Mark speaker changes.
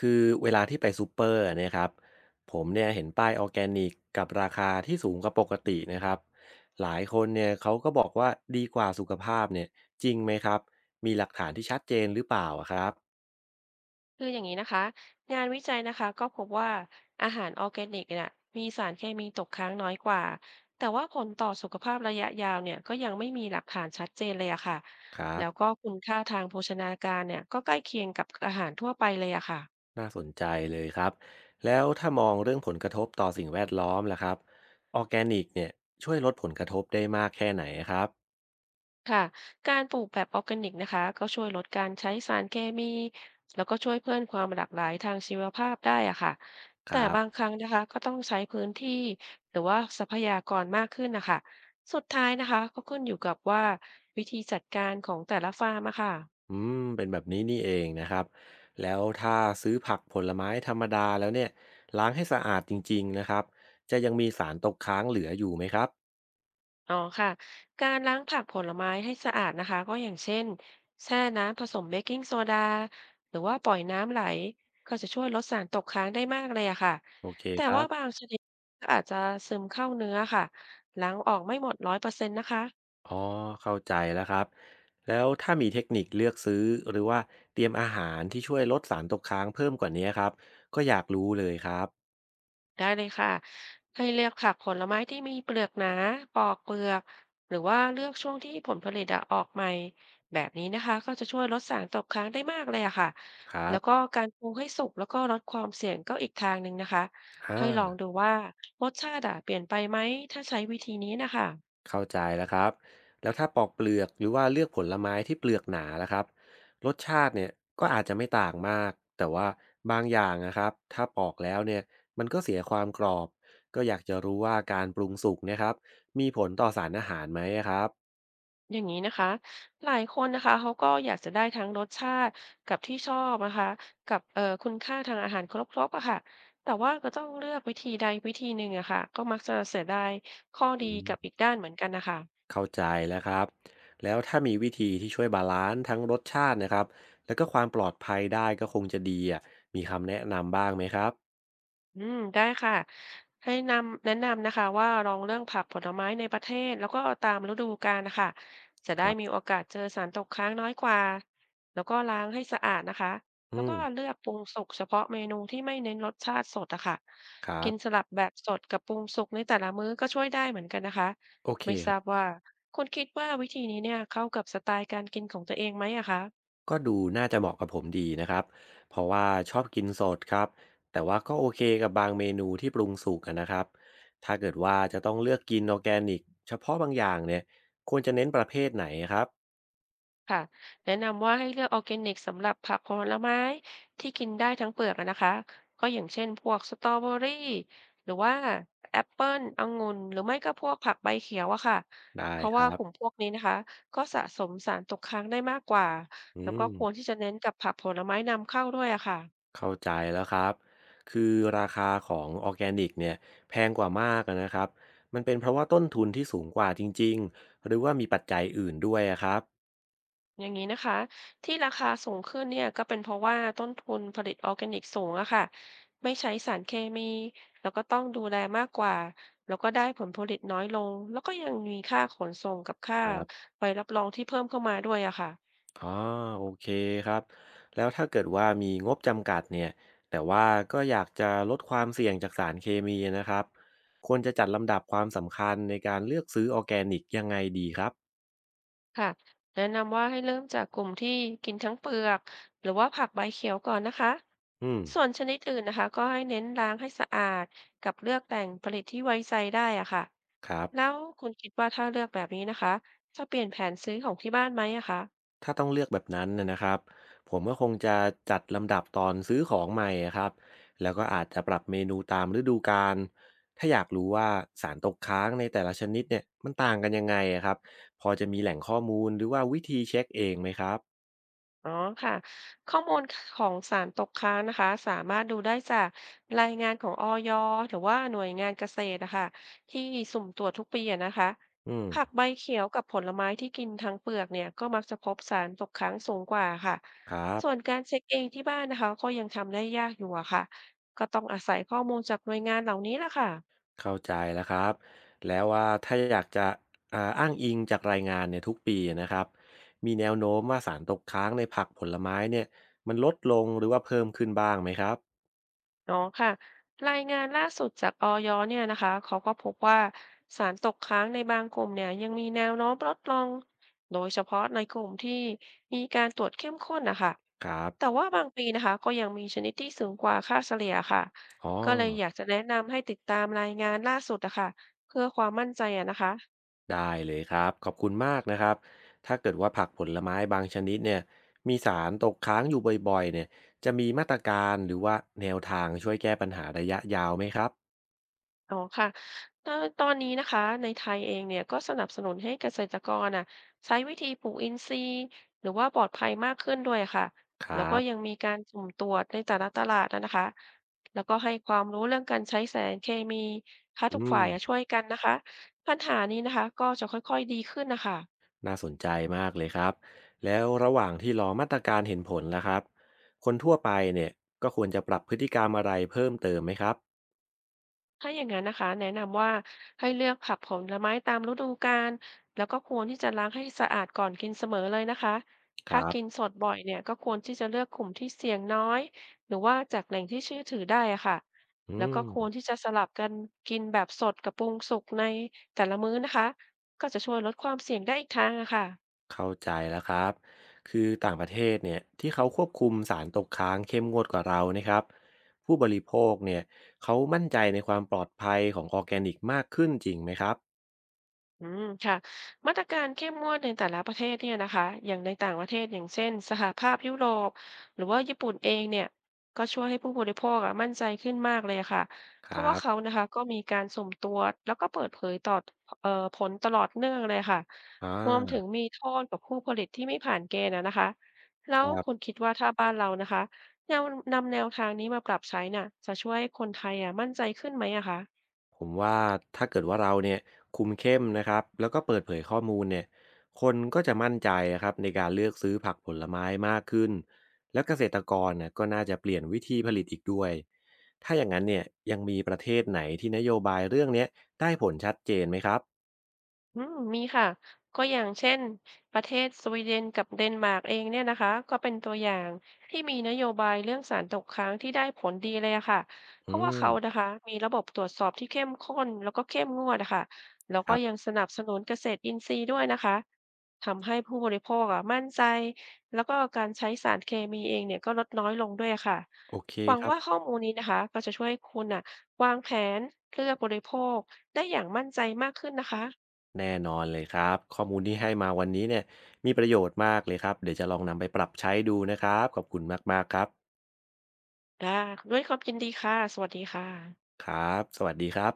Speaker 1: คือเวลาที่ไปซูเปอร์เนะครับผมเนี่ยเห็นป้ายออร์แกนิกกับราคาที่สูงกว่าปกตินะครับหลายคนเนี่ยเขาก็บอกว่าดีกว่าสุขภาพเนี่ยจริงไหมครับมีหลักฐานที่ชัดเจนหรือเปล่าอะครับ
Speaker 2: คืออย่างนี้นะคะงานวิจัยนะคะก็พบว่าอาหารออร์แกนิกเนี่ยมีสารเคมีตกค้างน้อยกว่าแต่ว่าผลต่อสุขภาพระยะยาวเนี่ยก็ยังไม่มีหลักฐานชัดเจนเลยอะค่ะ
Speaker 1: ครั
Speaker 2: แล้วก็
Speaker 1: บ
Speaker 2: คุณค่าทางโภชนาการเนี่ยก็ใกล้เคียงกับอาหารทั่วไปเลยอะค่ะ
Speaker 1: น่าสนใจเลยครับแล้วถ้ามองเรื่องผลกระทบต่อสิ่งแวดล้อมล่ะครับออร์แกนิกเนี่ยช่วยลดผลกระทบได้มากแค่ไหนครับ
Speaker 2: ค่ะการปลูกแบบออร์แกนิกนะคะก็ช่วยลดการใช้สารเคมีแล้วก็ช่วยเพิ่มความหลากหลายทางชีวภาพได้อะค่ะ
Speaker 1: ค
Speaker 2: แต่
Speaker 1: รั
Speaker 2: บาง
Speaker 1: บ
Speaker 2: ครั้งนะคะก็ต้องใช้พื้นที่หรือว่าทรัพยากรมากขึ้นนะคะสุดท้ายนะคะก็ขึ้นอยู่กับว่าวิธีจัดการของแต่ละฟาร์มอะค่ะ
Speaker 1: อืมเป็นแบบนี้นี่เองนะครับแล้วถ้าซื้อผักผลไม้ธรรมดาแล้วเนี่ยล้างให้สะอาดจริงๆนะครับจะยังมีสารตกค้างเหลืออยู่ไหมครับ
Speaker 2: อ๋อค่ะการล้างผักผลไม้ให้สะอาดนะคะก็อย่างเช่นแช่น้ำผสมเบกกิ้งโซดาหรือว่าปล่อยน้ำไหลก็จะช่วยลดสารตกค้างได้มากเลยอะค่ะ
Speaker 1: โอเค
Speaker 2: แต่
Speaker 1: ครั
Speaker 2: ว่า
Speaker 1: บ
Speaker 2: บางชนิดก็อาจจะซึมเข้าเนื้อค่ะล้างออกไม่หมด100%นะคะ
Speaker 1: อ๋อเข้าใจแล้วครับแล้วถ้ามีเทคนิคเลือกซื้อหรือว่าเตรียมอาหารที่ช่วยลดสารตกค้างเพิ่มกว่านี้ครับก็อยากรู้เลยครับ
Speaker 2: ได้เลยค่ะให้เลือกผักผลไม้ที่มีเปลือกหนาปอกเปลือกหรือว่าเลือกช่วงที่ผลผลิตอะออกใหม่แบบนี้นะคะก็จะช่วยลดสารตกค้างได้มากเลยอะค่ะ
Speaker 1: ครั
Speaker 2: แล้
Speaker 1: บ
Speaker 2: วก็การปรุงให้สุกแล้วก็ลดความเสี่ยงก็อีกทางหนึ่งนะคะให้ลอง
Speaker 1: อ่า
Speaker 2: ดูว่ารสชาติอะเปลี่ยนไปไหมถ้าใช้วิธีนี้นะคะ
Speaker 1: เข้าใจแล้วครับแล้วถ้าปอกเปลือกหรือว่าเลือกผลไม้ที่เปลือกหนาล่ะครับรสชาติเนี่ยก็อาจจะไม่ต่างมากแต่ว่าบางอย่างนะครับถ้าปอกแล้วเนี่ยมันก็เสียความกรอบ ก็อยากจะรู้ว่าการปรุงสุกเนะครับ มีผลต่อสารอาหารไหมอะครับ
Speaker 2: อย่างนี้นะคะ หลายคนนะคะเขาก็อยากจะได้ทั้งรสชาติกับที่ชอบนะคะ กับคุณค่าทางอาหารครบๆอะค่ะ แต่ว่าก็ต้องเลือกวิธีใดวิธีหนึ่งอะค่ะก็มักจะเสียดายข้อ
Speaker 1: อื
Speaker 2: ดีกับ
Speaker 1: ม
Speaker 2: อีกด้านเหมือนกันนะคะ
Speaker 1: เข้าใจแล้วครับแล้วถ้ามีวิธีที่ช่วยบาลานซ์ทั้งรสชาตินะครับแล้วก็ความปลอดภัยได้ก็คงจะดีอ่ะมีคำแนะนำบ้างไหมครับ
Speaker 2: อืมได้ค่ะให้นำแนะนำนะคะว่าลองเรื่องผักผลไม้ในประเทศแล้วก็าตามฤดูกาลนะคะจะ
Speaker 1: ค
Speaker 2: ได้
Speaker 1: รั
Speaker 2: มี
Speaker 1: บ
Speaker 2: โอกาสเจอสารตกค้างน้อยกว่าแล้วก็ล้างให้สะอาดนะคะ
Speaker 1: อื
Speaker 2: แล้ว
Speaker 1: ม
Speaker 2: ก็เลือกปรุงสุกเฉพาะเมนูที่ไม่เน้นรสชาติสดอะค่ะ
Speaker 1: ครั
Speaker 2: กินส
Speaker 1: บ
Speaker 2: ลับแบบสดกับปรุงสุกในแต่ละมื้อก็ช่วยได้เหมือนกันนะคะ
Speaker 1: โอ
Speaker 2: ไม่ทรา
Speaker 1: เค
Speaker 2: บว่าคุณคิดว่าวิธีนี้เนี่ยเข้ากับสไตล์การกินของตัวเองไหมอะคะ
Speaker 1: ก็ดูน่าจะเหมาะกับผมดีนะครับเพราะว่าชอบกินสดครับแต่ว่าก็โอเคกับบางเมนูที่ปรุงสุกอะนะครับถ้าเกิดว่าจะต้องเลือกกินออร์แกนิกเฉพาะบางอย่างเนี่ยควรจะเน้นประเภทไหนครับ
Speaker 2: ค่ะแนะนำว่าให้เลือกออร์แกนิกสำหรับผักผลไม้ที่กินได้ทั้งเปลือกอะนะคะก็อย่างเช่นพวกสตรอเบอรี่หรือว่าแอปเปิลองุ่นหรือไม่ก็พวกผักใบเขียวอะค่ะ
Speaker 1: ได้
Speaker 2: เพราะ
Speaker 1: ครั
Speaker 2: ว่า
Speaker 1: บ
Speaker 2: กลุ่มพวกนี้นะคะก็สะสมสารตกค้างได้มากกว่า
Speaker 1: อื
Speaker 2: แล้วก็ควรที่
Speaker 1: ม
Speaker 2: จะเน้นกับผักผลไม้นำเข้าด้วยอะค่ะ
Speaker 1: เข้าใจแล้วครับคือราคาของออร์แกนิกเนี่ยแพงกว่ามากอะนะครับมันเป็นเพราะว่าต้นทุนที่สูงกว่าจริงๆหรือว่ามีปัจจัยอื่นด้วยอะครับ
Speaker 2: อย่างนี้นะคะที่ราคาสูงขึ้นเนี่ยก็เป็นเพราะว่าต้นทุนผลิตออร์แกนิกสูงอะค่ะไม่ใช้สารเคมีแล้วก็ต้องดูแลมากกว่าแล้วก็ได้ผลผลิตน้อยลงแล้วก็ยังมีค่าขนส่งกับค่าใบรับรองที่เพิ่มเข้ามาด้วยอะค่ะ
Speaker 1: อ๋อโอเคครับแล้วถ้าเกิดว่ามีงบจำกัดเนี่ยแต่ว่าก็อยากจะลดความเสี่ยงจากสารเคมีนะครับควรจะจัดลำดับความสำคัญในการเลือกซื้อออร์แกนิกยังไงดีครับ
Speaker 2: ค่ะแนะนำว่าให้เริ่มจากกลุ่มที่กินทั้งเปลือกหรือว่าผักใบเขียวก่อนนะคะ
Speaker 1: อืม
Speaker 2: ส่วนชนิดอื่นนะคะก็ให้เน้นล้างให้สะอาดกับเลือกแต่งผลิตที่ไว้ใจได้อะค่ะ
Speaker 1: ครับ
Speaker 2: แล้วคุณคิดว่าถ้าเลือกแบบนี้นะคะจะเปลี่ยนแผนซื้อของที่บ้านไหมอะคะ
Speaker 1: ถ้าต้องเลือกแบบนั้นนะครับผมก็คงจะจัดลำดับตอนซื้อของใหม่อะครับแล้วก็อาจจะปรับเมนูตามฤดูกาลถ้าอยากรู้ว่าสารตกค้างในแต่ละชนิดเนี่ยมันต่างกันยังไงอะครับพอจะมีแหล่งข้อมูลหรือว่าวิธีเช็คเองไหมครับ
Speaker 2: อ๋อค่ะข้อมูลของสารตกค้างนะคะสามารถดูได้จากรายงานของอยหรือว่าหน่วยงานเกษตรนะคะที่สุ่มตรวจทุกปีอะนะคะ
Speaker 1: อื
Speaker 2: ผัก
Speaker 1: ม
Speaker 2: ใบเขียวกับผลไม้ที่กินทั้งเปลือกเนี่ยก็มักจะพบสารตกค้างสูงกว่าค่ะ
Speaker 1: ครับ
Speaker 2: ส่วนการเช็คเองที่บ้านนะคะก็ยังทำได้ยากอยู่อะค่ะก็ต้องอาศัยข้อมูลจากหน่วยงานเหล่านี้แหละค่ะ
Speaker 1: เข้าใจแล้วครับแล้วว่าถ้าอยากจะอ้างอิงจากรายงานเนี่ยทุกปีนะครับมีแนวโน้มว่าสารตกค้างในผักผลไม้เนี่ยมันลดลงหรือว่าเพิ่มขึ้นบ้างไหมครับ
Speaker 2: อ๋อค่ะรายงานล่าสุดจากอยเนี่ยนะคะเขาก็พบว่าสารตกค้างในบางกลุ่มเนี่ยยังมีแนวโน้มลดลงโดยเฉพาะในกลุ่มที่มีการตรวจเข้มข้นนะคะ
Speaker 1: ครับ
Speaker 2: แต่ว่าบางปีนะคะก็ยังมีชนิดที่สูงกว่าค่าเฉลี่ยค่ะ
Speaker 1: อ๋อ
Speaker 2: ก็เลยอยากจะแนะนำให้ติดตามรายงานล่าสุดนะคะเพื่อความมั่นใจอะนะคะ
Speaker 1: ได้เลยครับขอบคุณมากนะครับถ้าเกิดว่าผักผลไม้บางชนิดเนี่ยมีสารตกค้างอยู่บ่อยๆเนี่ยจะมีมาตรการหรือว่าแนวทางช่วยแก้ปัญหาระยะยาวไหมครับ
Speaker 2: อ๋อค่ะเอ่อตอนนี้นะคะในไทยเองเนี่ยก็สนับสนุนให้เกษตรกรอ่ะใช้วิธีปลูกอินทรีย์หรือว่าปลอดภัยมากขึ้นด้วยค่ะ
Speaker 1: ค
Speaker 2: แล้ว
Speaker 1: รั
Speaker 2: ก็ยัง
Speaker 1: บ
Speaker 2: มีการสุ่มตรวจในแต่ละตลาดนะคะแล้วก็ให้ความรู้เรื่องการใช้สารเคมีถ้า
Speaker 1: อื
Speaker 2: ทุกฝ่ายอะ
Speaker 1: ม
Speaker 2: ช่วยกันนะคะปัญหานี้นะคะก็จะค่อยๆดีขึ้นนะคะ
Speaker 1: น่าสนใจมากเลยครับแล้วระหว่างที่รอมาตรการเห็นผลล่ะครับคนทั่วไปเนี่ยก็ควรจะปรับพฤติกรรมอะไรเพิ่มเติมไหมครับ
Speaker 2: ถ้าอย่างนั้นนะคะแนะนำว่าให้เลือกผักผลไม้ตามฤดูกาลแล้วก็ควรที่จะล้างให้สะอาดก่อนกินเสมอเลยนะคะ
Speaker 1: ค
Speaker 2: ถ้า
Speaker 1: รับ
Speaker 2: กินสดบ่อยเนี่ยก็ควรที่จะเลือกกลุ่มที่เสี่ยงน้อยหรือว่าจากแหล่งที่เชื่อถือได้อะค่ะ
Speaker 1: อื
Speaker 2: แล้ว
Speaker 1: ม
Speaker 2: ก็ควรที่จะสลับกันกินแบบสดกับปรุงสุกในแต่ละมื้อนะคะก็จะช่วยลดความเสี่ยงได้อีกทางอะค่ะ
Speaker 1: เข้าใจแล้วครับคือต่างประเทศเนี่ยที่เขาควบคุมสารตกค้างเข้มงวดกว่าเรานะครับผู้บริโภคเนี่ยเขามั่นใจในความปลอดภัยของออร์แกนิกมากขึ้นจริงไหมครับ
Speaker 2: อืมค่ะมาตรการเข้มงวดในแต่ละประเทศเนี่ยนะคะอย่างในต่างประเทศอย่างเช่นสหภาพยุโรปหรือว่าญี่ปุ่นเองเนี่ยก็ช่วยให้ผู้บริโภคอะมั่นใจขึ้นมากเลยอะค่ะ
Speaker 1: ค
Speaker 2: เพ
Speaker 1: รั
Speaker 2: ราะว่าเขา
Speaker 1: บ
Speaker 2: นะคะก็มีการสุ่มตรวจแล้วก็เปิดเผยต่อผลตลอดเนื่องเลยค่ะ
Speaker 1: อ่
Speaker 2: รวมถึ
Speaker 1: า
Speaker 2: งมีโทษกับผู้ผลิตที่ไม่ผ่านเกณฑ์อะนะคะแล้
Speaker 1: ค
Speaker 2: ว
Speaker 1: รั
Speaker 2: คุณ
Speaker 1: บ
Speaker 2: คิดว่าถ้าบ้านเรานะคะแนวนำแนวทางนี้มาปรับใช้น่ะจะช่วยให้คนไทยอ่ะมั่นใจขึ้นไหมอะคะ
Speaker 1: ผมว่าถ้าเกิดว่าเราเนี่ยคุมเข้มนะครับแล้วก็เปิดเผยข้อมูลเนี่ยคนก็จะมั่นใจนะครับในการเลือกซื้อผักผลไม้มากขึ้นแล้วเกษตรกรเนี่ยก็น่าจะเปลี่ยนวิธีผลิตอีกด้วยถ้าอย่างนั้นเนี่ยยังมีประเทศไหนที่นโยบายเรื่องเนี้ยได้ผลชัดเจนไหมครับ
Speaker 2: อืมมีค่ะก็อย่างเช่นประเทศสวีเดนกับเดนมาร์กเองเนี่ยนะคะก็เป็นตัวอย่างที่มีนโยบายเรื่องสารตกค้างที่ได้ผลดีเลยอะค่ะเพ
Speaker 1: อื
Speaker 2: ราะว่า
Speaker 1: ม
Speaker 2: เขานะคะมีระบบตรวจสอบที่เข้มข้นแล้วก็เข้มงวดอะค่ะแล้ว
Speaker 1: ค
Speaker 2: ก็
Speaker 1: รั
Speaker 2: ยัง
Speaker 1: บ
Speaker 2: สนับสนุนเกษตรอินทรีย์ด้วยนะคะทำให้ผู้บริโภคอะมั่นใจแล้วก็การใช้สารเคมีเองเนี่ยก็ลดน้อยลงด้วยค่ะ
Speaker 1: โอเค
Speaker 2: หวั
Speaker 1: ค
Speaker 2: ง
Speaker 1: รั
Speaker 2: ว่า
Speaker 1: บ
Speaker 2: ข้อมูลนี้นะคะก็จะช่วยคุณอะวางแผนเลือกบริโภคได้อย่างมั่นใจมากขึ้นนะคะ
Speaker 1: แน่นอนเลยครับข้อมูลที่ให้มาวันนี้เนี่ยมีประโยชน์มากเลยครับเดี๋ยวจะลองนำไปปรับใช้ดูนะครับขอบคุณมากๆครับ
Speaker 2: ค่ะด้วยความยินดีค่ะ สวัสดีค่ะ
Speaker 1: ครับสวัสดีครับ